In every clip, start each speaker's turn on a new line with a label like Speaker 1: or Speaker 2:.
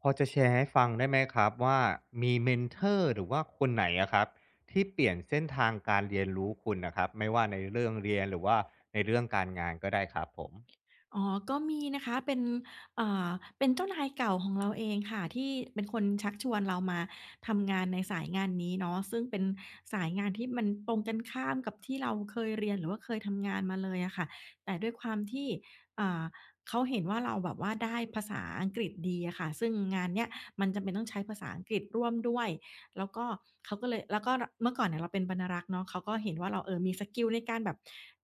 Speaker 1: พอจะแชร์ให้ฟังได้ไหมครับว่ามีเมนเทอร์หรือว่าคนไหนอะครับที่เปลี่ยนเส้นทางการเรียนรู้คุณนะครับไม่ว่าในเรื่องเรียนหรือว่าในเรื่องการงานก็ได้ครับผม
Speaker 2: อ๋อก็มีนะคะ เป็นเอ่อเป็นเจ้านายเก่าของเราเองค่ะที่เป็นคนชักชวนเรามาทำงานในสายงานนี้เนาะซึ่งเป็นสายงานที่มันตรงกันข้ามกับที่เราเคยเรียนหรือว่าเคยทำงานมาเลยอะค่ะแต่ด้วยความที่อ่าเขาเห็นว่าเราแบบว่าได้ภาษาอังกฤษดีอะค่ะซึ่งงานเนี้ยมันจำเป็นต้องใช้ภาษาอังกฤษร่วมด้วย แล้วก็เขาก็เลยแล้วก็เมื่อก่อนเนี่ยเราเป็นบรรณารักษ์เนาะเขาก็เห็นว่าเราเออมีสกิลในการแบบ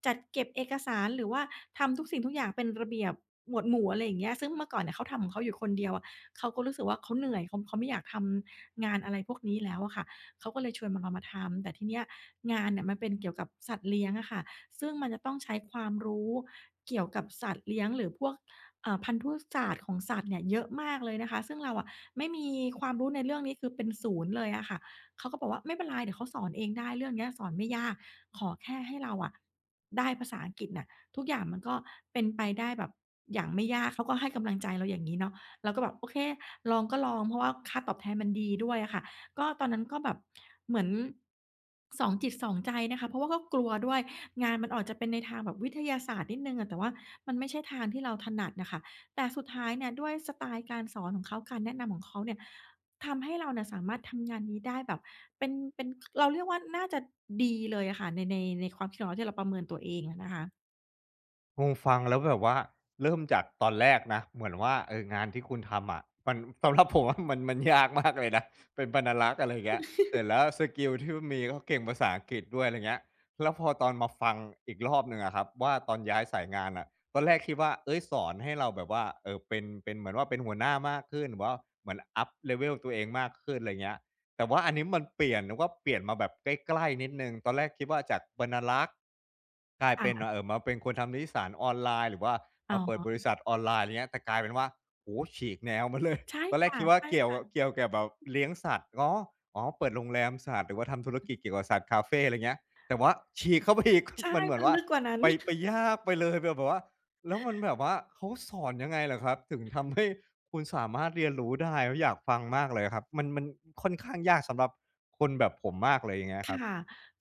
Speaker 2: จัดเก็บเอกสารหรือว่าทำทุกสิ่งทุกอย่างเป็นระเบียบหมวดหมู่อะไรอย่างเงี้ยซึ่งเมื่อก่อนเนี่ยเขาทำของเขาอยู่คนเดียวอะเขาก็รู้สึกว่าเขาเหนื่อยเขาไม่อยากทำงานอะไรพวกนี้แล้วอะค่ะเขาก็เลยชวนมาเรามาทำแต่ทีเนี้ยงานเนี่ยมันเป็นเกี่ยวกับสัตว์เลี้ยงอะค่ะซึ่งมันจะต้องใช้ความรู้เกี่ยวกับสัตว์เลี้ยงหรือพวก อ่าพันธุศาสตร์ของสัตว์เนี่ยเยอะมากเลยนะคะ ซึ่งเราอะไม่มีความรู้ในเรื่องนี้คือเป็นศูนย์เลยอะค่ะ เขาก็บอกว่าไม่เป็นไรเดี๋ยวเขาสอนเองได้เรื่องเนี้ยสอนไม่ยาก ขอแค่ให้เราอะได้ภาษาอังกฤษน่ะทุกอย่างมันก็เป็นไปได้แบบอย่างไม่ยาก เขาก็ให้กำลังใจเราอย่างงี้เนาะเราก็แบบโอเคลองก็ลองเพราะว่าค่าตอบแทนมันดีด้วยอะค่ะก็ตอนนั้นก็แบบเหมือนสองจิตสองใจนะคะเพราะว่าก็กลัวด้วย งานมันออกจะเป็นในทางแบบวิทยาศาสตร์นิดหนึ่งอะแต่ว่ามันไม่ใช่ทางที่เราถนัดน่ะค่ะแต่สุดท้ายเนี่ยด้วยสไตล์การสอนของเขาการแนะนำของเขาเนี่ยทำให้เราเนี่ยสามารถทำงานนี้ได้แบบเป็นเราเรียกว่าน่าจะดีเลยอะค่ะในในความคิดของเราที่เราประเมินตัวเองอะนะคะ
Speaker 1: งงฟังแล้วแบบว่าเริ่มจากตอนแรกนะเหมือนว่าเอองานที่คุณทำอะมัน สำหรับผมอะ มันยากมากเลยนะเป็นบรรลักษ์อะไรอย่างเงี้ยเสร็จแล้วสกิลที่มีก็เก่งภาษาอังกฤษด้วยอะไรเงี้ยแล้วพอตอนมาฟังอีกรอบหนึ่งอะครับว่าตอนย้ายสายงานน่ะตอนแรกคิดว่าเฮ้ยสอนให้เราแบบว่าเป็นเหมือนว่าเป็นหัวหน้ามากขึ้นหรือว่าเหมือน up level ตัวเองมากขึ้นอะไรเงี้ย แต่ว่าอันนี้มันเปลี่ยนว่าเปลี่ยนมาแบบใกล้ๆนิดหนึ่งตอนแรกคิดว่าจากบรรณารักษ์กลายเป็น
Speaker 2: ค่ะ
Speaker 1: มาเป็นคนทำนิตยสารออนไลน์หรือว่า
Speaker 2: อ๋
Speaker 1: มาเปิด
Speaker 2: อ
Speaker 1: บริษัทออนไลน์ไรเงี้ยแต่กลายเป็นว่าโอ้โฮฉีกแนวมาเลย
Speaker 2: ใช่
Speaker 1: ตอนแรก
Speaker 2: ค่ะ
Speaker 1: คิดว่าเกี่ยว
Speaker 2: ใช่
Speaker 1: เกี่ยวกับแบบเลี้ยงสัตว์อ๋ออ๋อเปิดโรงแรมสัตว์หรือว่าทำธุรกิจเกี่ยวกับสัตว์คาเฟไรเงี้ยแต่ว่าฉีกเข้าไปอีก
Speaker 2: ใช่
Speaker 1: มันเหมือ
Speaker 2: มั
Speaker 1: น
Speaker 2: น
Speaker 1: ว่า
Speaker 2: ลึกกว่านั้น
Speaker 1: ไปยากไปเลยแบบแบบว่า แล้วมันแบบว่าเขาสอนยังไงเหรอครับถึงทำให้คุณสามารถเรียนรู้ได้แล้วอยากฟังมากเลยครับมันค่อนข้างยากสำหรับคนแบบผมมากเลยอย่างเงี้ยครับ
Speaker 2: ค่ะ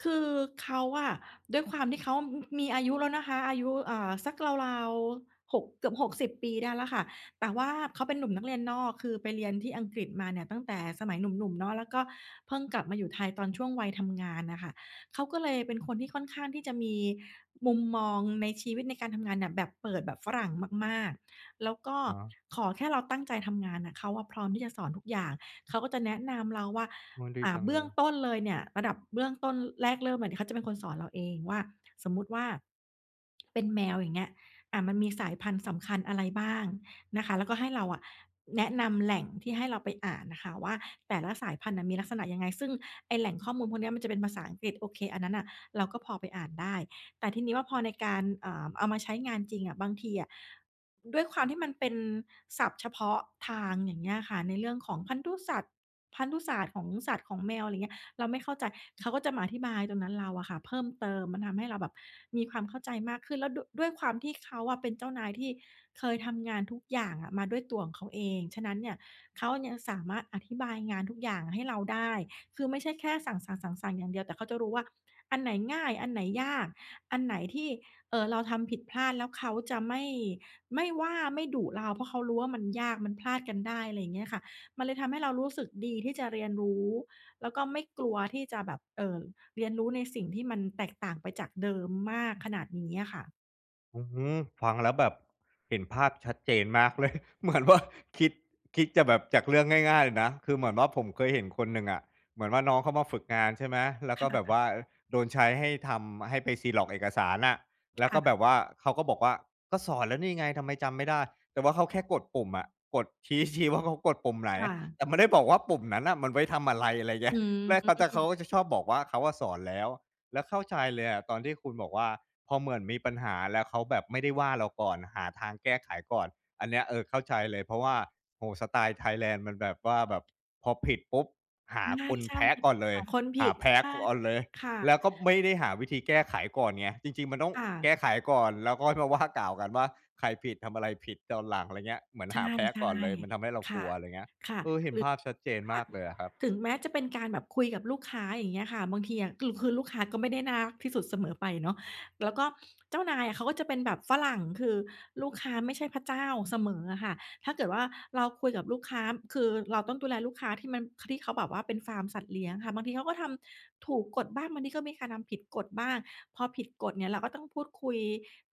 Speaker 2: คือเขาอะด้วยความที่เขามมีอายุแล้วนะคะอายุสักราวๆหกเกือบ60ปีได้แล้วค่ะ แต่ว่าเขาเป็นหนุ่มนักเรียนนอกคือไปเรียนที่อังกฤษมาเนี่ยตั้งแต่สมัยหนุ่มๆเนาะแล้วก็เพิ่งกลับมาอยู่ไทยตอนช่วงวัยทำงานน่ะค่ะเขาก็เลยเป็นคนที่ค่อนข้างที่จะมีมุมมองในชีวิตในการทำงานเนี่ยแบบเปิดแบบฝรั่งมากๆแล้วก็
Speaker 1: อ๋อ
Speaker 2: ขอแค่เราตั้งใจทำงานน่ะเขาอะพร้อมที่จะสอนทุกอย่าง เขาก็จะแนะนำเราว่า
Speaker 1: มันดี
Speaker 2: อ่า
Speaker 1: จังเล
Speaker 2: เบื้อ
Speaker 1: ย
Speaker 2: งต้นเลยเนี่ยระดับเบื้องต้นแรกเริ่มเลยเนี่ยเขาจะเป็นคนสอนเราเองว่าสมมุติว่าเป็นแมวอย่างเงี้ยอ่ามันมีสายพันธุ์สำคัญอะไรบ้างนะคะแล้วก็ให้เราอะแนะนำแหล่งที่ให้เราไปอ่านน่ะค่ะว่าแต่ละสายพันธุ์น่ะมีลักษณะยังไงซึ่งไอ้แหล่งข้อมูลพวกเนี้ยมันจะเป็นภาษาอังกฤษโอเคอันนั้นน่ะเราก็พอไปอ่านได้แต่ทีนี้ว่าพอในการอ่าเอามาใช้งานจริงอะบางทีอะ ด้วยความที่มันเป็นศัพท์เฉพาะทางอย่างเงี้ยค่ะในเรื่องของพันธุสัตว์พันธุศาสตร์ของสัตว์ของแมวอะไรเงี้ยเราไม่เข้าใจเขาก็จะมาอธิบายตรงนั้นเราอะค่ะเพิ่มเติมมันทำให้เราแบบมีความเข้าใจมากขึ้นแล้วดด้วยความที่เขาอะเป็นเจ้านายที่เคยทำงานทุกอย่างอะมาด้วยตัวของเขาเองฉะนั้นเนี่ยเขายังสามารถอธิบายงานทุกอย่างให้เราได้คือไม่ใช่แค่สั่งๆๆๆอย่างเดียวแต่เขาจะรู้ว่าอันไหนง่ายอันไหนยากอันไหนที่เราทำผิดพลาดแล้วเขาจะไม่ ไม่ว่าไม่ดุเราเพราะเขารู้ว่ามันยากมันพลาดกันได้อะไรอย่างเงี้ยค่ะมันเลยทำให้เรารู้สึกดีที่จะเรียนรู้แล้วก็ไม่กลัวที่จะแบบเรียนรู้ในสิ่งที่มันแตกต่างไปจากเดิมมากขนาดนี้อะค่ะ
Speaker 1: อืมฟังแล้วแบบเห็นภาพชัดเจนมากเลย เหมือนว่าคิดคิดจะแบบจากเรื่องง่ายๆเลยนะคือเหมือนว่าผมเคยเห็นคนหนึ่งอะเหมือนว่าน้องเขามาฝึกงานใช่ไหมแล้วก็แบบว่า
Speaker 2: ค่ะ
Speaker 1: โดนใช้ให้ทำให้ไปซีลอกเอกสารอ่ะแล้วก็แบบ
Speaker 2: ค่ะ
Speaker 1: ว่าเขาก็บอกว่าก็สอนแล้วนี่ไงทำไมจำไม่ได้แต่ว่าเขาแค่กดปุ่มอะกดชี้ว่าเขากดปุ่มไหนแต่
Speaker 2: ค่ะ
Speaker 1: ไม่ได้บอกว่าปุ่มนั้นอ่ะมันไว้ทำอะไรอะไรเงี้
Speaker 2: อื
Speaker 1: ย
Speaker 2: ม
Speaker 1: แล้วเขาก็จะชอบบอกว่าเขาว่าสอนแล้วแล้วเข้าใจเลยอะตอนที่คุณบอกว่า พอเหมือนมีปัญหาแล้วเขาแบบไม่ได้ว่าเราก่อนหาทางแก้ไขก่อนอันเนี้ยเออเข้าใจเลยเพราะว่าโอ้โฮสไตล์ไทยแลนด์มันแบบว่าแบบพอผิดปุ๊บหาคน
Speaker 2: ใช่
Speaker 1: แพ้
Speaker 2: ๆมัน
Speaker 1: ก่อ
Speaker 2: ต้
Speaker 1: น
Speaker 2: อง
Speaker 1: เลย
Speaker 2: หาคนผิ
Speaker 1: หา
Speaker 2: ด
Speaker 1: แพ้
Speaker 2: ใช่
Speaker 1: ก่อนเลย
Speaker 2: ค่ะ
Speaker 1: แล้วก็ไม่ได้หาวิธีแก้ไขก่อนไงจริงๆมันต้อง
Speaker 2: ค่ะ
Speaker 1: แก้ไขก่อนแล้วก็ค่อยมาว่ากล่าวกันว่าใครผิดทำอะไรผิดตอนหลังอะไรเงี้ยเหมือน
Speaker 2: ใ
Speaker 1: หาแพ้
Speaker 2: ช่
Speaker 1: ก่อนเลยมันทำให้เรา
Speaker 2: ๆ
Speaker 1: กลั
Speaker 2: ค่ะ
Speaker 1: วอะไรเงี้ย
Speaker 2: ค่ะ
Speaker 1: เออเห็น
Speaker 2: หรือ
Speaker 1: ภาพชัดเจน
Speaker 2: ค่ะ
Speaker 1: มากเลยอะครับ
Speaker 2: ถึงแม้จะเป็นการแบบคุยกับลูกค้าอย่างเงี้ยค่ะบางทีอะคือลูกค้าก็ไม่ได้น่ารักที่สุดเสมอไปเนาะแล้วก็เจ้านายอะเขาก็จะเป็นแบบฝรั่งคือลูกค้าไม่ใช่พระเจ้าเสมออะค่ะถ้าเกิดว่าเราคุยกับลูกค้าคือเราต้องดูแลลูกค้าที่มันที่เขาแบบว่าเป็นฟาร์มสัตว์เลี้ยงค่ะบางทีเขาก็ทำถูกกฎบ้างบางทีก็มีการทำผิดกฎบ้างพอผิดกฎเนี่ยเราก็ต้องพูดคุย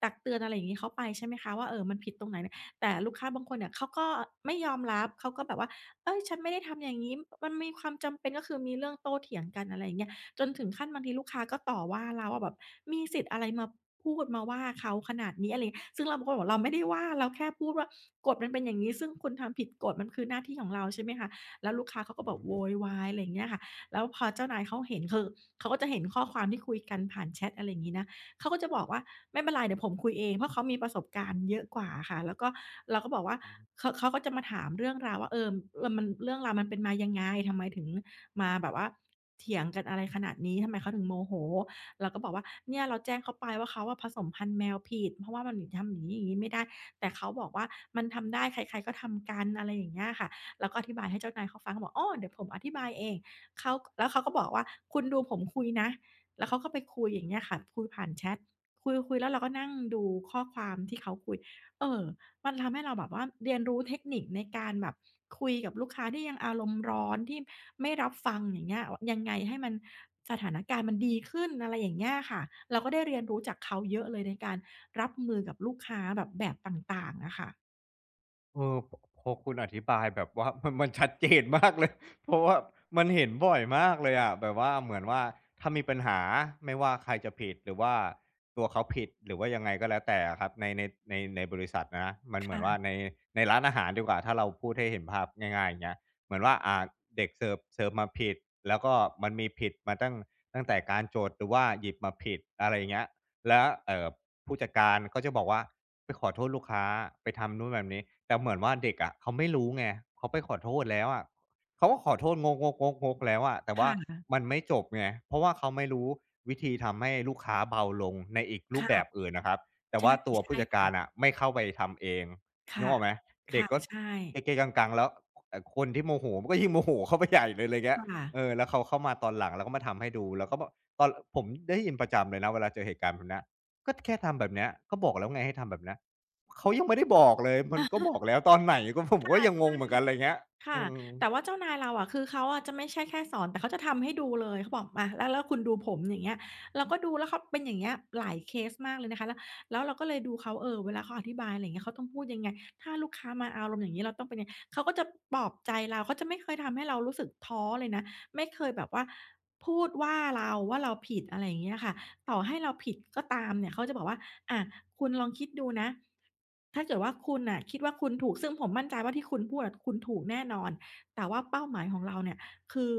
Speaker 2: ตักเตือนอะไรอย่างงี้เขาไปใช่ไหมคะว่าเออมันผิดตรงไหนเนี่ยแต่ลูกค้าบางคนเนี่ยเขาก็ไม่ยอมรับเขาก็แบบว่า เอ้ยฉันไม่ได้ทำอย่างงี้มันมีความจำเป็นก็คือมีเรื่องโต้เถียงกันอะไรอย่างเงี้ยจนถึงขั้นบางทีลูกค้าก็ต่อว่าเราว่าแบบมีสิทธิ์อะไรมาพูดมาว่าเขาขนาดนี้อะไรอย่างเงี้ยซึ่งเราก็บอกเราไม่ได้ว่าเราแค่พูดว่ากฎมันเป็นอย่างงี้ซึ่งคุณทำผิดกฎมันคือหน้าที่ของเราใช่ไหมคะแล้วลูกค้าเขาก็
Speaker 1: อื
Speaker 2: แบ
Speaker 1: อ
Speaker 2: บโวยวายอะไรอย่างเงี้ยค่ะแล้วพอเจ้านายเขาเห็นคือเขาก็จะเห็นข้อความที่คุยกันผ่านแชตอะไรอย่างงี้นะ เขาก็จะบอกว่าไม่เป็นไรเดี๋ยวผมคุยเองเพราะเขามีประสบการณ์เยอะกว่าอะค่ะแล้วก็เราก็บอกว่าเขาก็จะมาถามเรื่องราวว่าเออมันเรื่องราวมันเป็นมายังไงทำไมถึงมาแบบว่าเถียงกันอะไรขนาดนี้ทำไมเขาถึงโมโหเราก็บอกว่าเนี่ยเราแจ้งเขาไปว่าเขาอะผสมพันธุ์แมวผิดเพราะว่ามันทำอย่างงี้อย่างงี้ไม่ได้แต่เขาบอกว่ามันทำได้ใครๆก็ทำกันอะไรอย่างเงี้ยค่ะเราก็อธิบายให้เจ้านายเขาฟังเขาบอกอ้อเดี๋ยวผมอธิบายเองเขาแล้วเขาก็บอกว่าคุณดูผมคุยนะ แล้วเขาก็ไปคุยอย่างเงี้ยค่ะคุยผ่านแชตคุยแล้วเราก็นั่งดูข้อความที่เขาคุยเอ่อมันทำให้เราแบบว่าเรียนรู้เทคนิคในการแบบคุยกับลูกค้าที่ยังอารมณ์ร้อนที่ไม่รับฟังอย่างเงี้ยยังไงให้มันสถานการณ์มันดีขึ้นอะไรอย่างเงี้ยค่ะเราก็ได้เรียนรู้จากเขาเยอะเลยในการรับมือกับลูกค้าแบบต่างๆอะค่ะ
Speaker 1: เออพอคุณอธิบายแบบว่า มันชัดเจนมากเลย เพราะว่ามันเห็นบ่อยมากเลยอะแบบว่าเหมือนว่าถ้ามีปัญหาไม่ว่าใครจะผิดหรือว่าตัวเขาผิดหรือว่ายังไงก็แล้วแต่อะครับในในบริษัทนะมันเหมือนว่า
Speaker 2: ค่ะ
Speaker 1: ในร้านอาหารดีกว่าถ้าเราพูดให้เห็นภาพง่ายๆอย่างเงี้ยเหมือนว่าอ่าเด็กเสิร์ฟมาผิดแล้วก็มันมีผิดมาตั้งแต่การโจทย์หรือว่าหยิบมาผิดอะไรอย่างเงี้ยแล้วผู้จัดการก็จะบอกว่า ไปขอโทษลูกค้าไปทำนู่นแบบนี้แต่เหมือนว่าเด็กอะเขาไม่รู้ไงเขาไปขอโทษแล้วอะเขาก็ขอโทษงกๆๆๆแล้วอะแต่ว่า
Speaker 2: ค่
Speaker 1: มั
Speaker 2: ะ
Speaker 1: นไม่จบไงเพราะว่าเขาไม่รู้วิธีทำให้ลูกค้าเบาลงในอีกรูป
Speaker 2: ค่ะ
Speaker 1: แบบอื่นนะครับแต่
Speaker 2: ใช่
Speaker 1: ว่าตัวผู้
Speaker 2: ใช่
Speaker 1: จัดการอะ
Speaker 2: ค่ะ
Speaker 1: ไม่เข้าไปทำเองนึก
Speaker 2: ค่ะ
Speaker 1: ออกไหมเด็ก
Speaker 2: ค่ะ
Speaker 1: ก็
Speaker 2: ใช่
Speaker 1: เกๆกังๆแล้วคนที่โมโหมันก็ยิ่งโมโหเข้าไปใหญ่เลยไรเงี้ย
Speaker 2: ค่ะ
Speaker 1: เออแล้วเขาเข้ามาตอนหลังแล้วก็มาทำให้ดูแล้วก็แบบตอนผมได้ยินประจำเลยนะเวลาเจอเหตุการณ์แบบเนี้ย ก็แค่ทำแบบเนี้ยก็บอกแล้วไงให้ทำแบบเนี้ยเขายังไม่ได้บอกเลยมันก็บอกแล้วตอนไหนก็ผมก็
Speaker 2: ค่ะ
Speaker 1: ยังงง
Speaker 2: ใช่
Speaker 1: เหมือนกันอะไรเงี้ยอื
Speaker 2: ค่ะ
Speaker 1: ม
Speaker 2: แต่ว่าเจ้านายเราอะคือเขาอะจะไม่ใช่แค่สอนแต่เขาจะทำให้ดูเลยเขาบอกมาแล้วแล้วคุณดูผมอย่างเงี้ยเราก็ดูแล้วเขาเป็นอย่างเงี้ยหลายเคสมากเลยนะคะแล้วเราก็เลยดูเขาเออเวลาเขาอธิบายอะไรอย่างเงี้ยเขาต้องพูดยังไงถ้าลูกค้ามาอารมณ์อย่างงี้เราต้องเป็นยังไงเขาก็จะปลอบใจเราเขาจะไม่เคยทำให้เรารู้สึกท้อเลยนะไม่เคยแบบว่าพูดว่าเราว่าเราผิดอะไรอย่างเงี้ยค่ะต่อให้เราผิดก็ตามเนี่ยเขาจะบอกว่า อะคุณลองคิดดูนะถ้าเกิดว่าคุณน่ะคิดว่าคุณถูกซึ่งผมมั่นใจว่าที่คุณพูดอะคุณถูกแน่นอน แต่ว่าเป้าหมายของเราเนี่ยคือ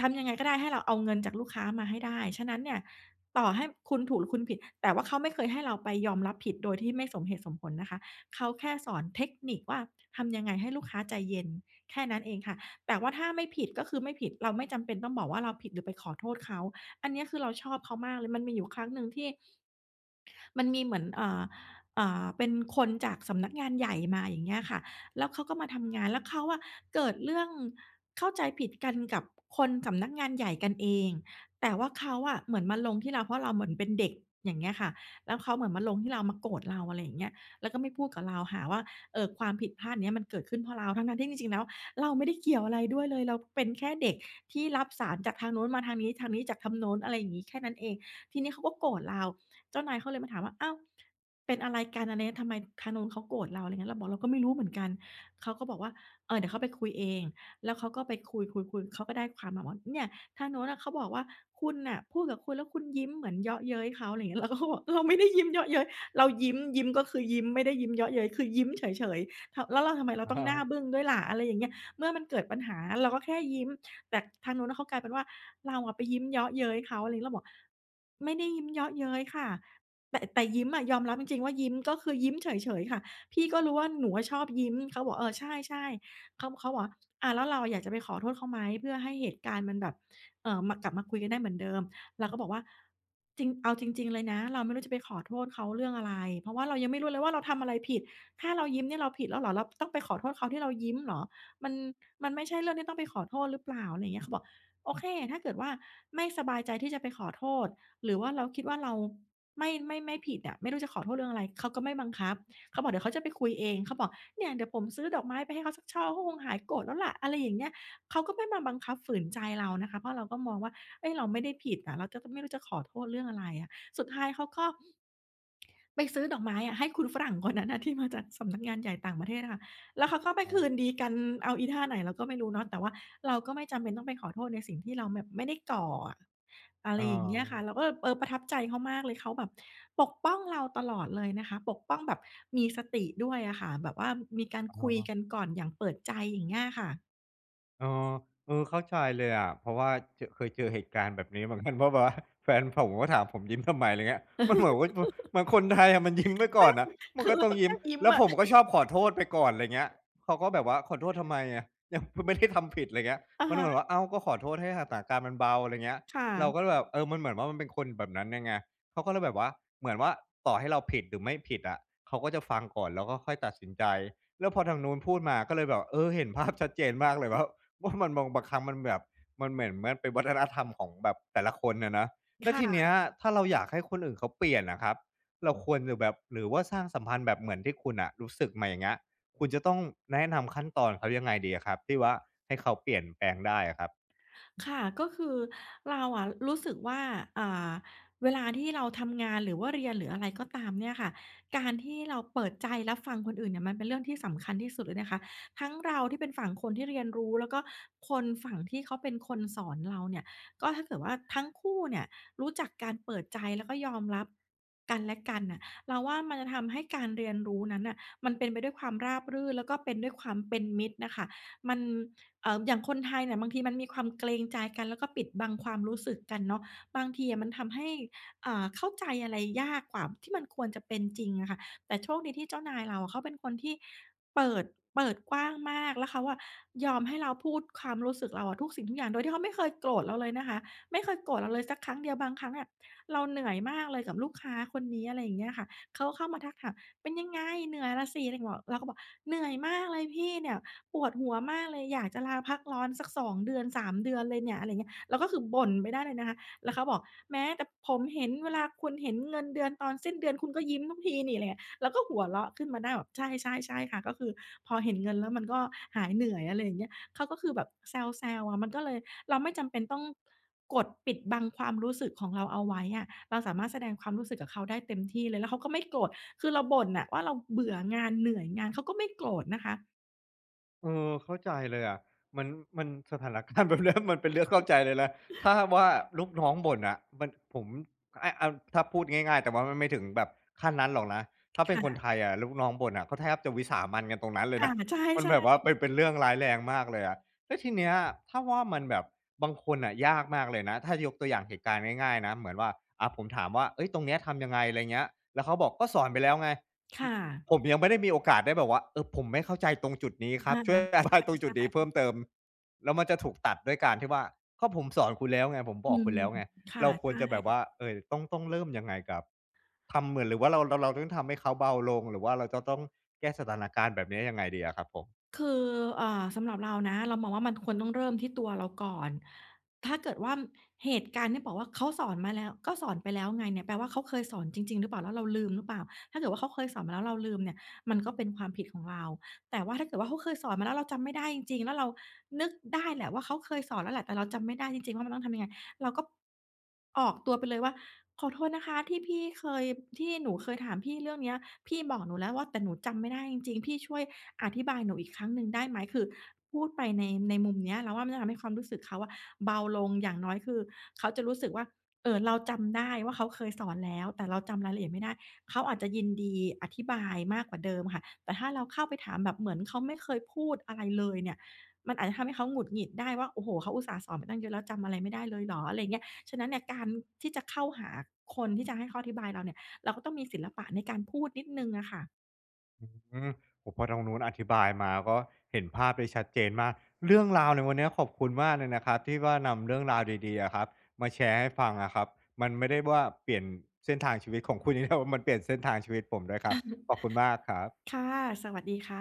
Speaker 2: ทำยังไงก็ได้ให้เราเอาเงินจากลูกค้ามาให้ได้ ฉะนั้นเนี่ยต่อให้คุณถูกหรือคุณผิดแต่ว่าเขาไม่เคยให้เราไปยอมรับผิดโดยที่ไม่สมเหตุสมผลนะคะเขาแค่สอนเทคนิคว่าทำยังไงให้ลูกค้าใจเย็นแค่นั้นเองค่ะแต่ว่าถ้าไม่ผิดก็คือไม่ผิดเราไม่จำเป็นต้องบอกว่าเราผิดหรือไปขอโทษเขาอันเนี้ยคือเราชอบเขามากเลยมันมีอยู่ครั้งหนึ่งที่ มันมีเหมือนเป็นคนจากสำนักงานใหญ่มาอย่างเงี้ยค่ะแล้วเขาก็มาทำงานแล้วเขาอะเกิดเรื่องเข้าใจผิดกันกับคนสำนักงานใหญ่กันเองแต่ว่าเขาอะเหมือนมาลงที่เราเพราะเราเหมือนเป็นเด็กอย่างเงี้ยค่ะแล้วเขาเหมือนมาลงที่เรามาโกรธเราอะไรอย่างเงี้ยแล้วก็ไม่พูดกับเราหาว่าความผิดพลาดเนี้ยมันเกิดขึ้นเพราะเราทั้งๆที่จริงๆแล้วเราไม่ได้เกี่ยวอะไรด้วยเลยเราเป็นแค่เด็กที่รับสารจากทางโน้นมาทางนี้ทางนี้จากทางโน้นอะไรอย่างงี้แค่นั้นเองทีนี้เขาก็โกรธเรา เจ้านายเขาเลยมาถามว่าอ้าวเป็นอะไรกันอะไรเงี้ยทำไมทางนู้นเขาโกรธเราอะไรเงี้ยเราบอกเราก็ไม่รู้เหมือนกันเขาก็บอกว่าเดี๋ยวเขาไปคุยเองแล้วเขาก็ไปคุยๆๆเขาก็ได้ความมาว่าเนี่ยทางโนู้นน่ะเขาบอกว่าคุณน่ะพูดกับคุณแล้วคุณยิ้มเหมือนเยาะเย้ยเขาอะไรเงี้ยเราก็บอกเราไม่ได้ยิ้มเยาะเย้ยเรายิ้มก็คือยิ้มไม่ได้ยิ้มเยาะเย้ยคือยิ้มเฉยๆทแล้วเราทำไมเรา
Speaker 1: อะ
Speaker 2: ต้อง
Speaker 1: ฮะ
Speaker 2: หน้าบึ้งด้วยล่ะอะไรอย่างเงี้ยเมื่อมันเกิดปัญหาเราก็แค่ยิ้ม แต่ทางนู้นน่ะเขากลายเป็นว่าเราอะไปยิ้มเยาะเย้ยเขาอะไรงี้เราบอกไม่ได้ยิ้มเยาะเย้ยค่ะแต่ยิ้มอะยอมรับจริงๆว่ายิ้มก็คือยิ้มเฉยๆค่ะพี่ก็รู้ว่าหนูอะชอบยิ้มเขาบอกเออใช่ๆเขาบอกว่าแล้วเราอยากจะไปขอโทษเขาไหมเพื่อให้เหตุการณ์มันแบบมากลับมาคุยกันได้เหมือนเดิมเราก็บอกว่าจริงเอาจริงๆเลยนะเราไม่รู้จะไปขอโทษเขาเรื่องอะไรเพราะว่าเรายังไม่รู้เลยว่าเราทำอะไรผิดแค่เรายิ้มเนี่ยเราผิดแล้วเหรอเราต้องไปขอโทษเขาที่เรายิ้มเหรอ มันมันไม่ใช่เรื่องที่ต้องไปขอโทษหรือเปล่าอะไรอย่างเงี้ยเขาบอกโอเคถ้าเกิดว่าไม่สบายใจที่จะไปขอโทษหรือว่าเราคิดว่าเราไม่ผิดอะไม่รู้จะขอโทษเรื่องอะไรเขาก็ไม่บังคับเขาบอกเดี๋ยวเขาจะไปคุยเองเขาบอกเนี่ยเดี๋ยวผมซื้อดอกไม้ไปให้เขาสักช่อเขาคงหายโกรธแล้วล่ะอะไรอย่างเงี้ยเขาก็ไม่มาบังคับฝืนใจเรานะคะเพราะเราก็มองว่าเฮ้ยเราไม่ได้ผิดอะเราจะไม่รู้จะขอโทษเรื่องอะไรอะสุดท้ายเขาก็ ไปซื้อดอกไม้อะให้คุณฝรั่งคนนั้นน่ะที่มาจากสำนักงานใหญ่ต่างประเทศอะค่ะแล้วเขาก็ไปคื
Speaker 1: อา
Speaker 2: นดีกันเอาอีท่าไหนเราก็ไม่รู้เนาะแต่ว่าเราก็ไม่จำเป็นต้องไปขอโทษในสิ่งที่เราแบบไม่ได้ก่ออะอะไร
Speaker 1: อา
Speaker 2: อย่างเงี้ยค่ะเราก็ประทับใจเขามากเลยเขาแบบปกป้องเราตลอดเลยนะคะปกป้องแบบมีสติด้วยอะค่ะแบบว่ามีการ
Speaker 1: อะ
Speaker 2: คุย
Speaker 1: ฮ
Speaker 2: กันก่อนอย่างเปิดใจอย่างเงี้ยค่ะ
Speaker 1: เออเออเข้าใจเลยอะเพราะว่าเคยเจอเหตุการณ์แบบนี้เหมือนกันเพราะแบบว่าแฟนผมก็ถามผมยิ้มทำไมอะไรเงี้ยมันเหมือนว่าเหมือนคนไทยอะมันยิ้มไว้ก่อนน่ะมัน
Speaker 2: คือ
Speaker 1: ก็
Speaker 2: เรา
Speaker 1: ต้อง
Speaker 2: ก็
Speaker 1: ยิ้ม
Speaker 2: แค่ยิ้ม
Speaker 1: แล้ว
Speaker 2: อะ
Speaker 1: ผมก็ชอ บขอโทษไปก่อนไรเงี้ยเขาก็แบบว่าขอโทษทำไมอะยังไม่ได้ทำผิดไรเงี้ย
Speaker 2: อะ
Speaker 1: มันเห
Speaker 2: ฮะ
Speaker 1: มือนว่าอ้าวก็ขอโทษให้สถานการณ์มันเบาไรเงี้ย
Speaker 2: ค่ะ
Speaker 1: เราก็แบบเออมันเหมือนว่ามันเป็นคนแบบนั้นยังไงเขาก็เลยแบบว่าเหมือนว่าต่อให้เราผิดหรือไม่ผิดอะเขาก็จะฟังก่อนแล้วก็ค่อยตัดสินใจแล้วพอทางนู้นพูดมาก็เลยแบบเออเห็นภาพชัดเจนมากเลยว่า ว่ามันบางครั้งมันแบบมันเหมือนมันเป็นวัฒนธรรมของแบบแต่ละคนนะแล้วทีเนี้ย
Speaker 2: ค่ะ
Speaker 1: ถ้าเราอยากให้คนอื่นเขาเปลี่ยนนะครับเราควรจะแบบหรือว่าสร้างสัมพันธ์แบบเหมือนที่คุณอะรู้สึกมาอย่างเงี้ยคุณจะต้องแนะนำขั้นตอนเขายังไงดีอะครับที่ว่าให้เขาเปลี่ยนแปลงได้อะครับ
Speaker 2: ค่ะก็คือเราอะรู้สึกว่าอ่าเวลาที่เราทำงานหรือว่าเรียนหรืออะไรก็ตามเนี่ยค่ะการที่เราเปิดใจรับฟังคนอื่นเนี่ยมันเป็นเรื่องที่สำคัญที่สุดเลยนะคะทั้งเราที่เป็นฝั่งคนที่เรียนรู้แล้วก็คนฝั่งที่เขาเป็นคนสอนเราเนี่ยก็ถ้าเกิดว่าทั้งคู่เนี่ยรู้จักการเปิดใจแล้วก็ยอมรับกันและกันน่ะเราว่ามันจะทำให้การเรียนรู้นั้นน่ะมันเป็นไปด้วยความราบรื่นแล้วก็เป็นด้วยความเป็นมิตรน่ะค่ะมัน อย่างคนไทยเนี่ยบางทีมันมีความเกรงใจกันแล้วก็ปิดบังความรู้สึกกันเนาะบางทีอะมันทำให้เข้าใจอะไรยากกว่าที่มันควรจะเป็นจริงอะค่ะแต่โชคดีที่เจ้านายเราอะเขาเป็นคนที่เปิดเปิดกว้างมากแล้วเขาอะยอมให้เราพูดความรู้สึกเราอะทุกสิ่งทุกอย่างโดยที่เขาไม่เคยโกรธเราเลยนะคะไม่เคยโกรธเราเลยสักครั้งเดียวบางครั้งอะเราเหนื่อยมากเลยกับลูกค้าคนนี้อะไรอย่างเงี้ยค่ะเขาเข้ามาทักถามเป็นยังไงเหนื่อยล่ะสิเราก็บอกเหนื่อยมากเลยพี่เนี่ย ปวดหัวมากเลยอยากจะลาพักร้อนสัก2เดือนสามเดือนเลยเนี่ยอะไรอย่างเงี้ยเราก็คือบ่นไปได้เลยนะคะแล้วเขาบอกแม้แต่ผมเห็นเวลาคุณเห็นเงินเดือนตอนสิ้นเดือนคุณก็ยิ้มทุกทีนี่อะไรเงี้ยเราก็หัวเราะขึ้นมาได้แบบใช่ๆๆค่ะก็คือพอเห็นเงินแล้วมันก็หายเหนื่อยอะไรอย่างเงี้ยเขาก็คือแบบแซวๆอะมันก็เลยเราไม่จำเป็นต้องกดปิดบังความรู้สึกของเราเอาไว้อะเราสามารถแสดงความรู้สึกกับเขาได้เต็มที่เลยแล้วเขาก็ไม่โกรธคือเราบ่นน่ะว่าเราเบื่องานเหนื่อยงานเขาก็ไม่โกรธนะคะ
Speaker 1: เออเข้าใจเลยอะมันมันสถานการณ์ แบบเนี้ยมันเป็นเรื่องเข้าใจเลยนะถ้าว่าลูกน้องบ่นอ่ะมันผมเอาถ้าพูดง่ายๆแต่ว่ามันไม่ถึงแบบขั้นนั้นหรอกนะถ้าเป็นคนไท
Speaker 2: ค่ะ
Speaker 1: ยอะลูกน้องบ่นอ่ะเขาแทบจะวิสามันกันตรงนั้นเลย
Speaker 2: ค่ะ
Speaker 1: นะ
Speaker 2: ใช่
Speaker 1: มันแบบว่าเป็นเรื่องร้ายแรงมากเลยอะแล้วทีเนี้ยถ้าว่ามันแบบบางคนน่ะยากมากเลยนะถ้ายกตัวอย่างเหตุการณ์ง่ายๆนะเหมือนว่าอ่าผมถามว่าเฮ้ยตรงเนี้ยทำยังไงอะไรเงี้ยแล้วเขาบอกก็สอนไปแล้วไง
Speaker 2: ๆค่ะ
Speaker 1: ผมยังไม่ได้มีโอกาสได้แบบว่าเออผมไม่เข้าใจตรงจุดนี้ครั
Speaker 2: อา
Speaker 1: บ ช่วยอธิบายตรงจุดนี้เพิ่ม
Speaker 2: ใช่
Speaker 1: เติมแล้วมันจะถูกตัดด้วยการที่ว่าก็ผมสอนคุณแล้วไงผม
Speaker 2: ๆ
Speaker 1: บ
Speaker 2: อื
Speaker 1: อกคุณ
Speaker 2: ม
Speaker 1: แล้วไง
Speaker 2: ค่ะ
Speaker 1: เราควร
Speaker 2: ใช่
Speaker 1: จะแบบว่าเอ่อต้องเริ่มยังไงกับทำเหมือนหรือว่าเราต้องทำให้เขาเบาลงหรือว่าเราจะต้องแก้สถานการณ์แบบนี้ยยังไงดีอะครับผม
Speaker 2: คือสำหรับเรานะเรามองว่ามันควรต้องเริ่มที่ตัวเราก่อนถ้าเกิดว่าเหตุการณ์ที่บอกว่าเขาสอนมาแล้วก็สอนไปแล้วไงเนี่ยแปลว่าเขาเคยสอนจริงๆหรือเปล่าแล้วเราลืมหรือเปล่าถ้าเกิดว่าเขาเคยสอนมาแล้วเราลืมเนี่ยมันก็เป็นความผิดของเราแต่ว่าถ้าเกิดว่าเขาเคยสอนมาแล้วเราจำไม่ได้จริงๆแล้วเรานึกได้แหละว่าเขาเคยสอนแล้วแหละแต่เราจำไม่ได้จริงๆว่ามันต้องทำยังไง เราก็ออกตัวไปเลยว่าขอโทษนะคะที่หนูเคยถามพี่เรื่องเนี้ยพี่บอกหนูแล้วว่าแต่หนูจำไม่ได้จริงๆพี่ช่วยอธิบายหนูอีกครั้งหนึ่งได้ไหมคือพูดไปในมุมเนี้ยเราว่ามันจะทำให้ความรู้สึกเขาอะเบาลงอย่างน้อยคือเขาจะรู้สึกว่าเราจำได้ว่าเขาเคยสอนแล้วแต่เราจำรายละเอียดไม่ได้เขาอาจจะยินดีอธิบายมากกว่าเดิมค่ะแต่ถ้าเราเข้าไปถามแบบเหมือนเขาไม่เคยพูดอะไรเลยเนี่ย มันอาจจะทำให้เขาหงุดหงิดได้ว่าโอ้โฮเขาอุตส่าห์สอนมาตั้งเยอะแล้วจำอะไรไม่ได้เลยเหรออะไรอย่างเงี้ยฉะนั้นเนี่ยการที่จะเข้าหาคนที่จะให้เขาอธิบายเราเนี่ยเราก็ต้องมีศิลปะในการพูดนิดหนึ่งอะค่ะ
Speaker 1: อืมโอพอตรงนู้นอธิบายมาก็เห็นภาพได้ชัดเจนมากเรื่องราวในวันนี้ขอบคุณมากเลยนะครับที่ว่านำเรื่องราวดีๆอะครับมาแชร์ให้ฟังอะครับมันไม่ได้ว่าเปลี่ยนเส้นทางชีวิตของคุณนย่แต่ว่างเดี มันเปลี่ยนเส้นทางชีวิตผมด้วยครับ ขอบคุณมากครับ
Speaker 2: ค่ะ สวัสดีค่ะ